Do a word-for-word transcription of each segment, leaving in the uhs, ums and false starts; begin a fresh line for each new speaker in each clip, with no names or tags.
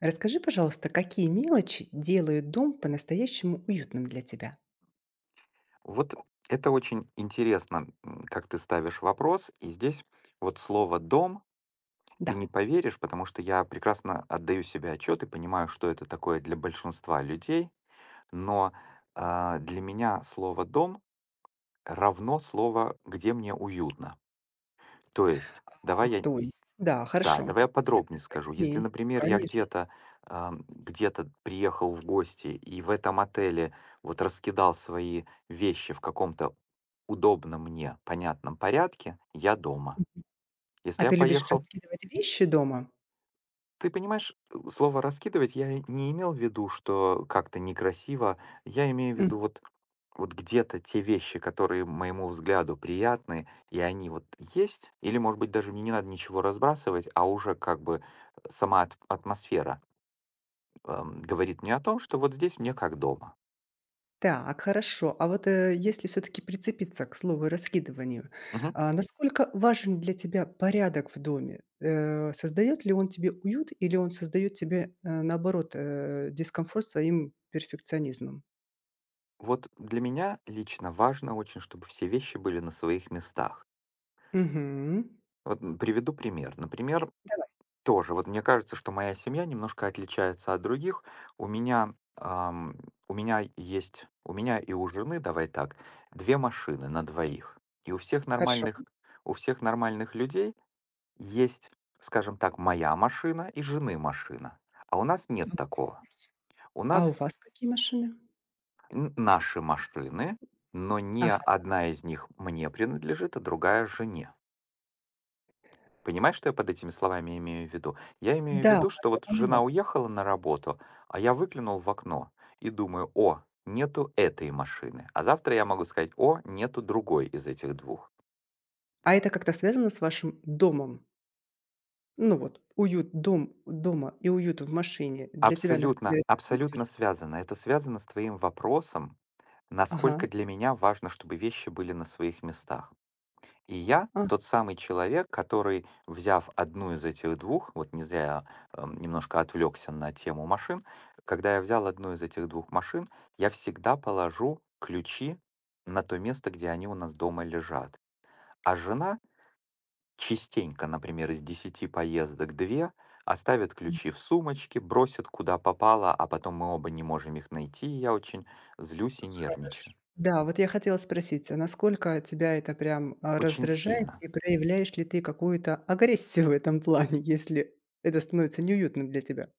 Расскажи, пожалуйста, какие мелочи делают дом по-настоящему уютным для тебя?
Вот это очень интересно, м, как ты ставишь вопрос. И здесь вот слово «дом», ты
Да.
не поверишь, потому что я прекрасно отдаю себе отчет и понимаю, что это такое для большинства людей. Но а, для меня слово «дом» равно слово «где мне уютно». То есть,
А,
давай я
то есть, да,
да,
хорошо.
давай я
Да,
подробнее скажу. Если,
поясни.
например, я
Конечно.
где-то ам, где-то приехал в гости и в этом отеле вот раскидал свои вещи в каком-то удобном мне, понятном порядке, я дома.
Мгм. А
Если я
ты любишь
поехал,
раскидывать вещи дома?
ты понимаешь, э, слово "раскидывать" я и не имел в виду, что как-то некрасиво. Я имею в
М.
виду вот вот где-то те вещи, которые моему взгляду приятны, и они вот есть, или, может быть, даже мне не надо ничего разбрасывать, а уже как бы э, сама ат- атмосфера, эм, говорит мне о том, что вот здесь мне как дома.
Так, хорошо. А вот, э, если все таки прицепиться к слову раскидыванию,
Мгм.
а насколько важен для тебя порядок в доме? Э, создаёт ли он тебе уют или он создает тебе, э, наоборот, э, дискомфорт своим перфекционизмом?
Вот для меня лично важно очень, чтобы все вещи были на своих местах.
Мгм.
Вот м, приведу пример. Например,
Давай,
тоже. Вот мне кажется, что моя семья немножко отличается от других. У меня, ам, у меня есть, у меня и у жены, давай так, две машины на двоих. И у всех
хорошо.
нормальных, у всех нормальных людей есть, скажем так, моя машина и жены машина. А у нас нет такого. У
А у
нас
вас какие машины?
н- наши машины, но не
Ага,
одна из них мне принадлежит, а другая жене. Понимаешь, что я под этими словами имею в виду? Я имею в
да,
виду, что
я
вот
поняла.
жена уехала на работу, а я выглянул в окно и думаю, о, нету этой машины. А завтра я могу сказать, о, нету другой из этих двух.
А это как-то связано с вашим домом? Ну вот, уют дом дома и уют в машине для тебя,
Абсолютно,
например, это одно и то же?
абсолютно связано. Это связано с твоим вопросом, насколько
Ага,
для меня важно, чтобы вещи были на своих местах. И я
а,
тот самый человек, который, взяв одну из этих двух, вот не зря я эм, немножко отвлекся на тему машин, когда я взял одну из этих двух машин, я всегда положу ключи на то место, где они у нас дома лежат. А жена частенько, например, из десяти поездок две оставит
м,
ключи в сумочке, бросит куда попало, а потом мы оба не можем их найти, и я очень злюсь и
хорошо.
нервничаю.
Да, вот я хотела спросить, а насколько тебя это прям, а,
Очень
раздражает,
сильно.
и проявляешь ли ты какую-то агрессию в этом плане, если это становится неуютным для тебя?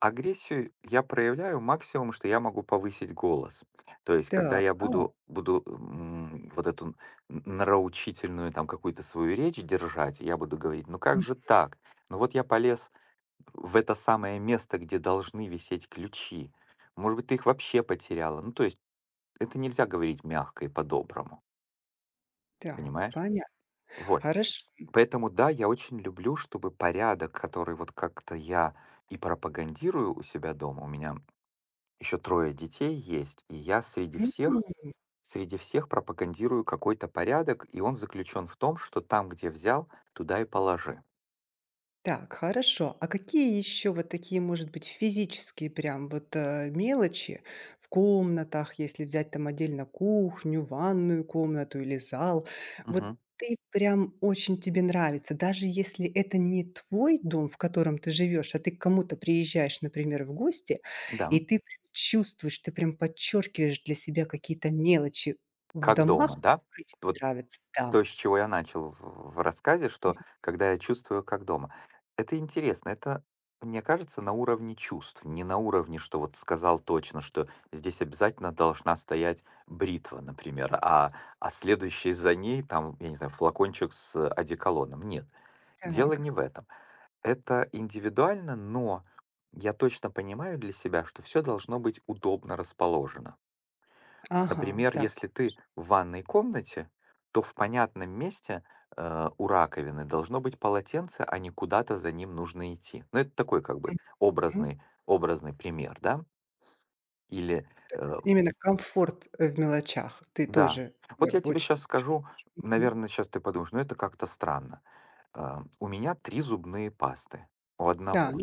Агрессию я проявляю максимум, что я могу повысить голос. То есть, когда
Так,
я буду, буду м, вот эту н- нравоучительную там какую-то свою речь держать, я буду говорить, ну как
мгм,
же так? Ну вот я полез в это самое место, где должны висеть ключи. Может быть, ты их вообще потеряла. Ну то есть, это нельзя говорить мягко и по-доброму,
так,
понимаешь?
понятно.
Вот.
Хорошо.
Поэтому да, я очень люблю, чтобы порядок, который вот как-то я и пропагандирую у себя дома, у меня еще трое детей есть, и я среди всех, среди всех пропагандирую какой-то порядок, и он заключен в том, что там, где взял, туда и положи.
Так, хорошо. А какие еще вот такие, может быть, физические прям вот, э, мелочи в комнатах, если взять там отдельно кухню, ванную комнату или зал, вот
Мгм.
ты прям очень тебе нравится, даже если это не твой дом, в котором ты живешь, а ты к кому-то приезжаешь, например, в гости, и
Да,
ты прям чувствуешь, ты прям подчеркиваешь для себя какие-то мелочи в
как
домах,
дома, да?
которые тебе
Вот
нравятся. Да.
то, с чего я начал в, в рассказе, что
Мгм.
когда я чувствую как дома. Это интересно, это, мне кажется, на уровне чувств, не на уровне, что вот сказал точно, что здесь обязательно должна стоять бритва, например, а, а следующий за ней, там, я не знаю, флакончик с одеколоном. Нет. Дело
Так.
не в этом. Это индивидуально, но я точно понимаю для себя, что все должно быть удобно расположено.
Ага.
Например,
Так.
если ты в ванной комнате, то в понятном месте э, у раковины должно быть полотенце, а не куда-то за ним нужно идти. Ну, это такой как бы образный, образный пример, да? Или, э,
Именно комфорт, э, в мелочах ты
да,
тоже,
вот
э,
я тебе
очень
сейчас
чу
скажу,
Мгм.
наверное, сейчас ты подумаешь, ну это как-то странно. Э, у меня три зубные пасты у
Так,
одного.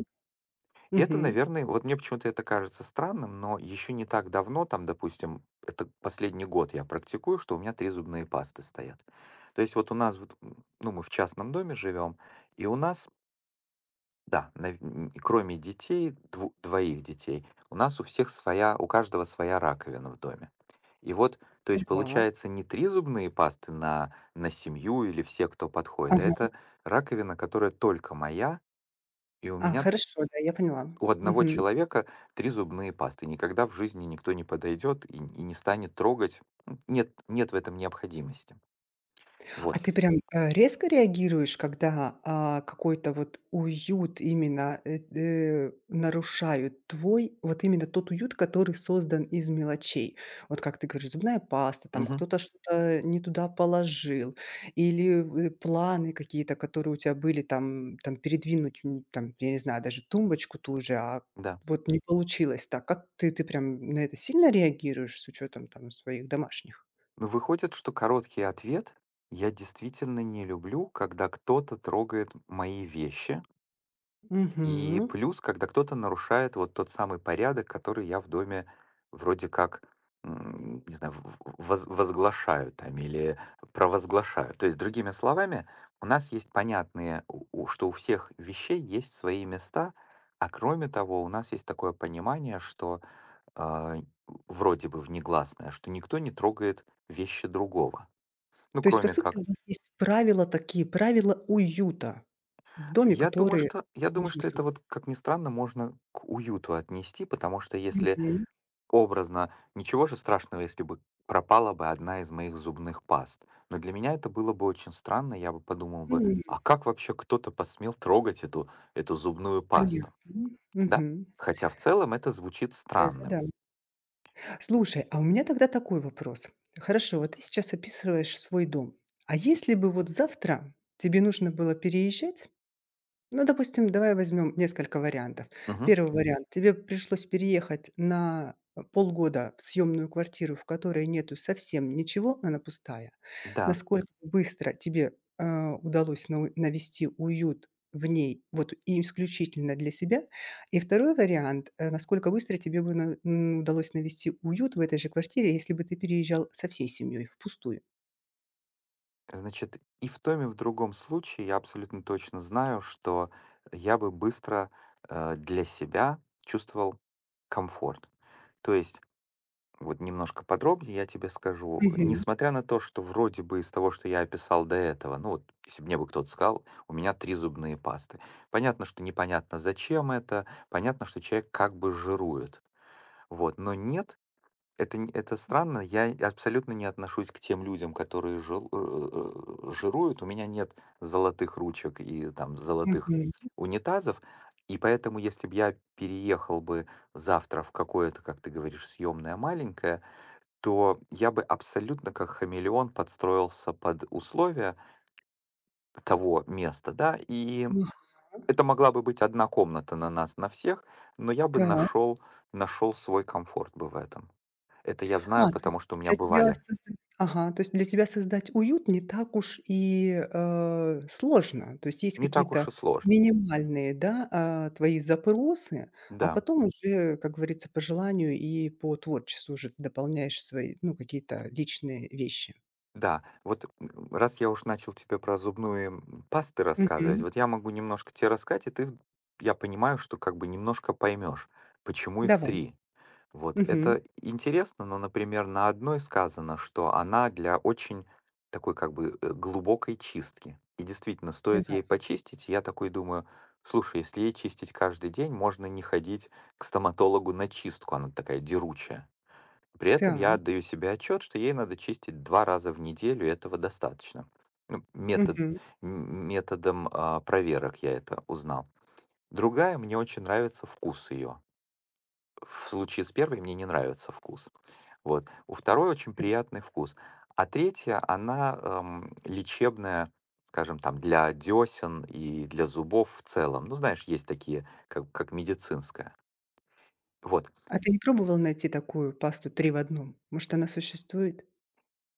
Это,
мгм.
наверное, вот мне почему-то это кажется странным, но еще не так давно, там, допустим, это последний год я практикую, что у меня три зубные пасты стоят. То есть вот у нас, вот, м, ну, мы в частном доме живем, и у нас, да, нав- м, кроме детей, дву- двоих детей, у нас у всех своя, у каждого своя раковина в доме. И вот, то есть
Так.
получается не три зубные пасты на, на семью или все, кто подходит, а
Ага.
это раковина, которая только моя, и у
А,
меня
хорошо, да, я поняла.
у одного
Мгм.
человека три зубные пасты. Никогда в жизни никто не подойдет и, и не станет трогать. М, Нет, нет в этом необходимости.
А
Вот.
ты прям, э, резко реагируешь, когда, а, какой-то вот уют именно, э, э, нарушают твой, вот именно тот уют, который создан из мелочей? Вот как ты говоришь, зубная паста, там
Мгм.
кто-то что-то не туда положил, или в э, планы какие-то, которые у тебя были, там там передвинуть, м, там, я не знаю, даже тумбочку ту же, а
Да.
вот не получилось так. Как ты ты прям на это сильно реагируешь с учетом там своих домашних?
Ну, выходит, что короткий ответ. Я действительно не люблю, когда кто-то трогает мои вещи, и
Мгм.
плюс, когда кто-то нарушает вот тот самый порядок, который я в доме вроде как, м, не знаю, в- в- воз- возглашаю там или провозглашаю. То есть, другими словами, у нас есть понятные, у- у- что у всех вещей есть свои места, а кроме того, у нас есть такое понимание, что а, вроде бы внегласное, что никто не трогает вещи другого. Ну,
То есть, по
кроме
сути, у
как.
нас есть правила такие, правила уюта в доме,
Я думаю,
которые
что, я думаю,
нужны
что
соб
это вот, как ни странно, можно к уюту отнести, потому что если
Мгм.
образно, ничего же страшного, если бы пропала бы одна из моих зубных паст. Но для меня это было бы очень странно, я бы подумал бы,
М,
а как вообще кто-то посмел трогать эту, эту зубную пасту,
Понятно.
да?
Мгм.
Хотя в целом это звучит
Это
странным.
да. Слушай, а у меня тогда такой вопрос. Хорошо, вот ты сейчас описываешь свой дом. А если бы вот завтра тебе нужно было переезжать. Ну, допустим, давай возьмем несколько вариантов.
Мгм.
Первый вариант: тебе пришлось переехать на э, полгода в съемную квартиру, в которой нету совсем ничего, она пустая.
Да,
Насколько быстро тебе э, удалось нау навести уют в ней, вот и исключительно для себя? И второй вариант: э, насколько быстро тебе бы на м, удалось навести уют в этой же квартире, если бы ты переезжал со всей семьей в пустую?
значит, и в том и в другом случае я абсолютно точно знаю, что я бы быстро э, для себя чувствовал комфорт. То есть вот немножко подробнее я тебе скажу.
Мгм,
Несмотря на то, что вроде бы из того, что я описал до этого, ну вот, если бы мне бы кто-то сказал, у меня три зубные пасты. Понятно, что непонятно, зачем это, понятно, что человек как бы жирует. Вот, но нет, это, н- это странно, я абсолютно не отношусь к тем людям, которые жил- э, э, жируют. У меня нет золотых ручек и там золотых
мгм.
унитазов, и поэтому, если бы я переехал бы завтра в какое-то, как ты говоришь, съемное маленькое, то я бы абсолютно как хамелеон подстроился под условия того места, да, и
Ага,
это могла бы быть одна комната на нас, на всех, но я бы нашел, нашел свой комфорт бы в этом. Это я знаю,
а, то есть
потому что у меня
для тебя
бывали.
созда ага, то есть для тебя создать уют не так уж и э, сложно. То есть есть
Не так
какие-то
уж и сложно.
минимальные, да, а, твои запросы, а
Да,
потом уже, как говорится, по желанию и по творчеству уже ты дополняешь свои, ну, какие-то личные вещи.
да. Вот м, раз я уж начал тебе про зубную м, пасты рассказывать,
Мгм.
вот я могу немножко тебе рассказать, и ты, я понимаю, что как бы немножко поймешь, почему их
Давай.
три. Вот
Мгм.
это интересно, но, например, на одной сказано, что она для очень такой как бы э, глубокой чистки. И действительно,
Да.
стоит ей почистить, я такой думаю, слушай, если ей чистить каждый день, можно не ходить к стоматологу на чистку, она такая деручая. При этом я
Так.
отдаю себе отчет, что ей надо чистить два раза в неделю, и этого достаточно. Ну, метод,
Мгм.
м, методом а, проверок я это узнал. Другая, мне очень нравится вкус ее. В случае с первой мне не нравится вкус. Вот. У второй очень
Да.
приятный вкус. А третья, она эм, лечебная, скажем, там для десен и для зубов в целом. Ну, знаешь, есть такие, как, как медицинская. Вот.
А ты не пробовала найти такую пасту три в одном? Может, она существует?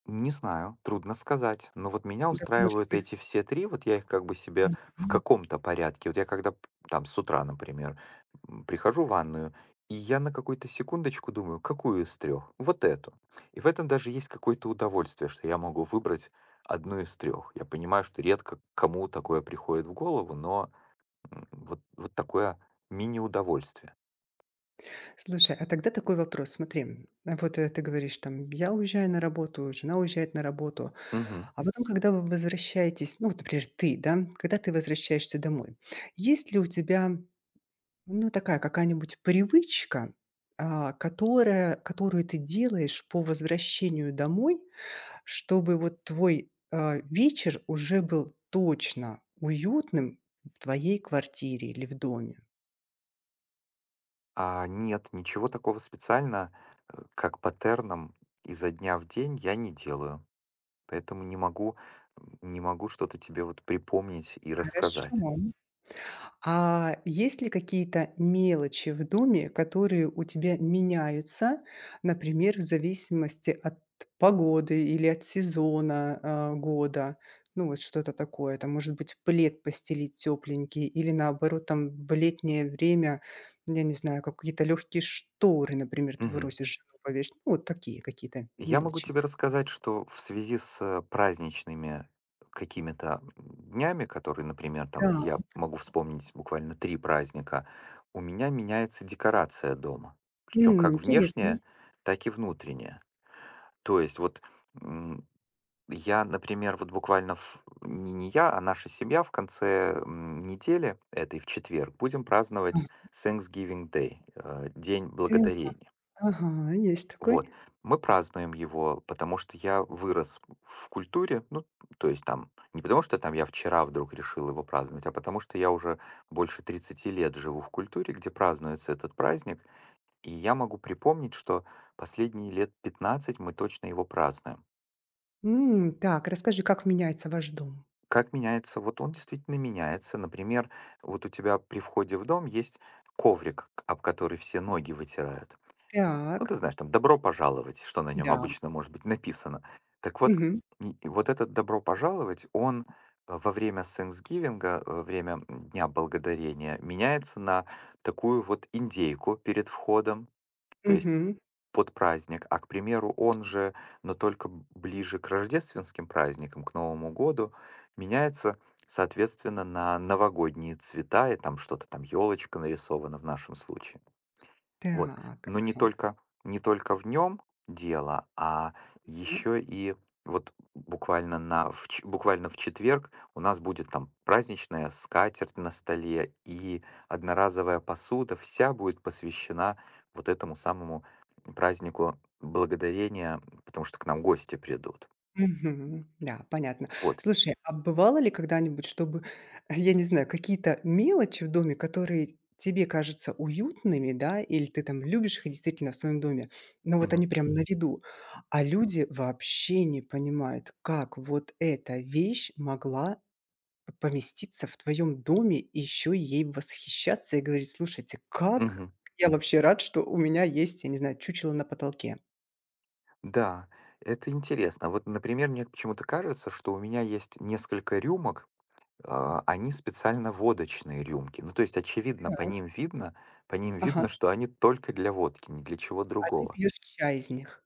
Не знаю, трудно сказать. Но вот меня
Так, может
устраивают
быть.
эти все три. Вот я их как бы себе в
Ага.
каком-то порядке. Вот я когда п- там с утра, например, м, прихожу в ванную, и я на какую-то секундочку думаю, какую из трех? Вот эту. И в этом даже есть какое-то удовольствие, что я могу выбрать одну из трех. Я понимаю, что редко кому такое приходит в голову, но м, вот, вот такое мини-удовольствие.
Слушай, а тогда такой вопрос. Смотри, а вот, э, ты говоришь, там: "Я уезжаю на работу, жена уезжает на работу".
Мгм.
А потом, когда вы возвращаетесь, ну, вот, например, ты, да, когда ты возвращаешься домой, есть ли у тебя, ну, такая какая-нибудь привычка, а, которая которую ты делаешь по возвращению домой, чтобы вот твой, а, вечер уже был точно уютным в твоей квартире или в доме?
А, нет, ничего такого специально, э, как паттерном изо дня в день я не делаю. Поэтому не могу, м, не могу что-то тебе вот припомнить и
Хорошо.
рассказать.
А есть ли какие-то мелочи в доме, которые у тебя меняются, например, в зависимости от погоды или от сезона, а, года? Ну, вот что-то такое. Там, может быть, плед постелить тепленький или, наоборот, там в летнее время, я не знаю, какие-то легкие шторы, например, ты
Мгм.
просишь жену повесить. Ну, вот такие какие-то
Я могу
мелочи.
тебе рассказать, что в связи с э, праздничными какими-то днями, которые, например, там
Да,
я могу вспомнить буквально три праздника, у меня меняется декорация дома. Причем
м,
как
интересно.
внешняя, так и внутренняя. То есть вот м, я, например, вот буквально в не не я, а наша семья в конце, м, недели этой, в четверг, будем
А,
праздновать Thanksgiving Day, э, День
ты-
благодарения.
Ага, есть
Вот.
такой.
Мы празднуем его, потому что я вырос в культуре. Ну, то есть там не потому, что там я вчера вдруг решил его праздновать, а потому что я уже больше тридцати лет живу в культуре, где празднуется этот праздник. И я могу припомнить, что последние лет пятнадцать мы точно его празднуем.
М, Так, расскажи, как меняется ваш дом?
Как меняется? Вот он действительно меняется. Например, вот у тебя при входе в дом есть коврик, к- об который все ноги вытирают. Ну, ты
Так,
знаешь, там «добро пожаловать», что на нем
да.
обычно может быть написано. Так вот,
Мгм.
и- и вот этот «добро пожаловать», он э, во время Сэнгсгивинга, во время м, Дня Благодарения, меняется на такую вот индейку перед входом. То есть
Мгм.
под праздник. А, к примеру, он же, но только б- ближе к рождественским праздникам, к Новому году, меняется, соответственно, на новогодние цвета, и там что-то там елочка нарисована в нашем случае. Вот.
Так,
Но не
ага.
только не только в нем дело, а
Ну,
еще и вот буквально на в ч буквально в четверг у нас будет там праздничная скатерть на столе и одноразовая посуда. Вся будет посвящена вот этому самому празднику благодарения, потому что к нам гости придут.
мгм. Да, понятно.
Вот.
Слушай, а бывало ли когда-нибудь, чтобы, я не знаю, какие-то мелочи в доме, которые тебе кажутся уютными, да, или ты там любишь их действительно в своем доме, но вот они
Мгм.
прям на виду, а люди вообще не понимают, как вот эта вещь могла поместиться в твоем доме и еще ей восхищаться и говорить: "Слушайте, как
Мгм.
я вообще рад, что у меня есть, я не знаю, чучело на потолке".
Да, это интересно. Вот, например, мне почему-то кажется, что у меня есть несколько рюмок, а, они специально водочные рюмки. Ну, то есть, очевидно, по ним видно, по ним
Ага.
видно, что они только для водки, не для чего
А ты
другого.
пьешь чай из них.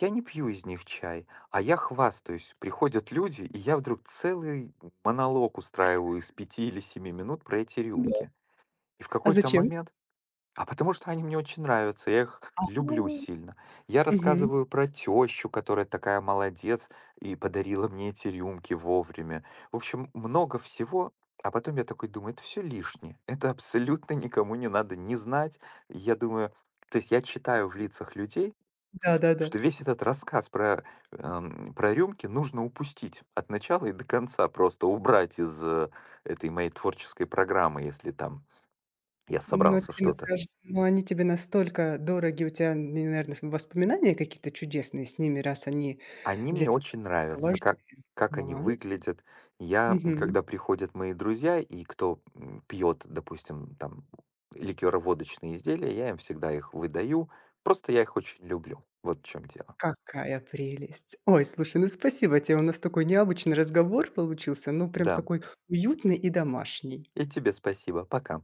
Я не пью из них чай, а я хвастаюсь. Приходят люди, и я вдруг целый монолог устраиваю из пяти или семи минут про эти
Да.
рюмки. И в
А
какой-то
зачем?
момент а потому что они мне очень нравятся, я их люблю
Ага.
сильно. Я
Мгм.
рассказываю про тещу, которая такая молодец и подарила мне эти рюмки вовремя. В общем, много всего, а потом я такой думаю, это все лишнее, это абсолютно никому не надо не знать. И я думаю, то есть я читаю в лицах людей,
Да-да-да.
что весь этот рассказ про, эм, про рюмки нужно упустить от начала и до конца, просто убрать из э, этой моей творческой программы, если там я
Но
собрался
тебе на
что-то.
скажут, но они тебе настолько дороги, у тебя, наверное, воспоминания какие-то чудесные с ними, раз они
Они
для
мне
тебя
очень
настолько
нравятся,
важны.
как как они
А.
выглядят. Я, м,
Мгм.
когда приходят мои друзья, и кто м, пьет, допустим, там ликероводочные изделия, я им всегда их выдаю. Просто я их очень люблю. Вот в чем дело.
Какая прелесть! Ой, слушай, ну спасибо тебе. У нас такой необычный разговор получился, ну прям
Да.
такой уютный и домашний.
И тебе спасибо. Пока.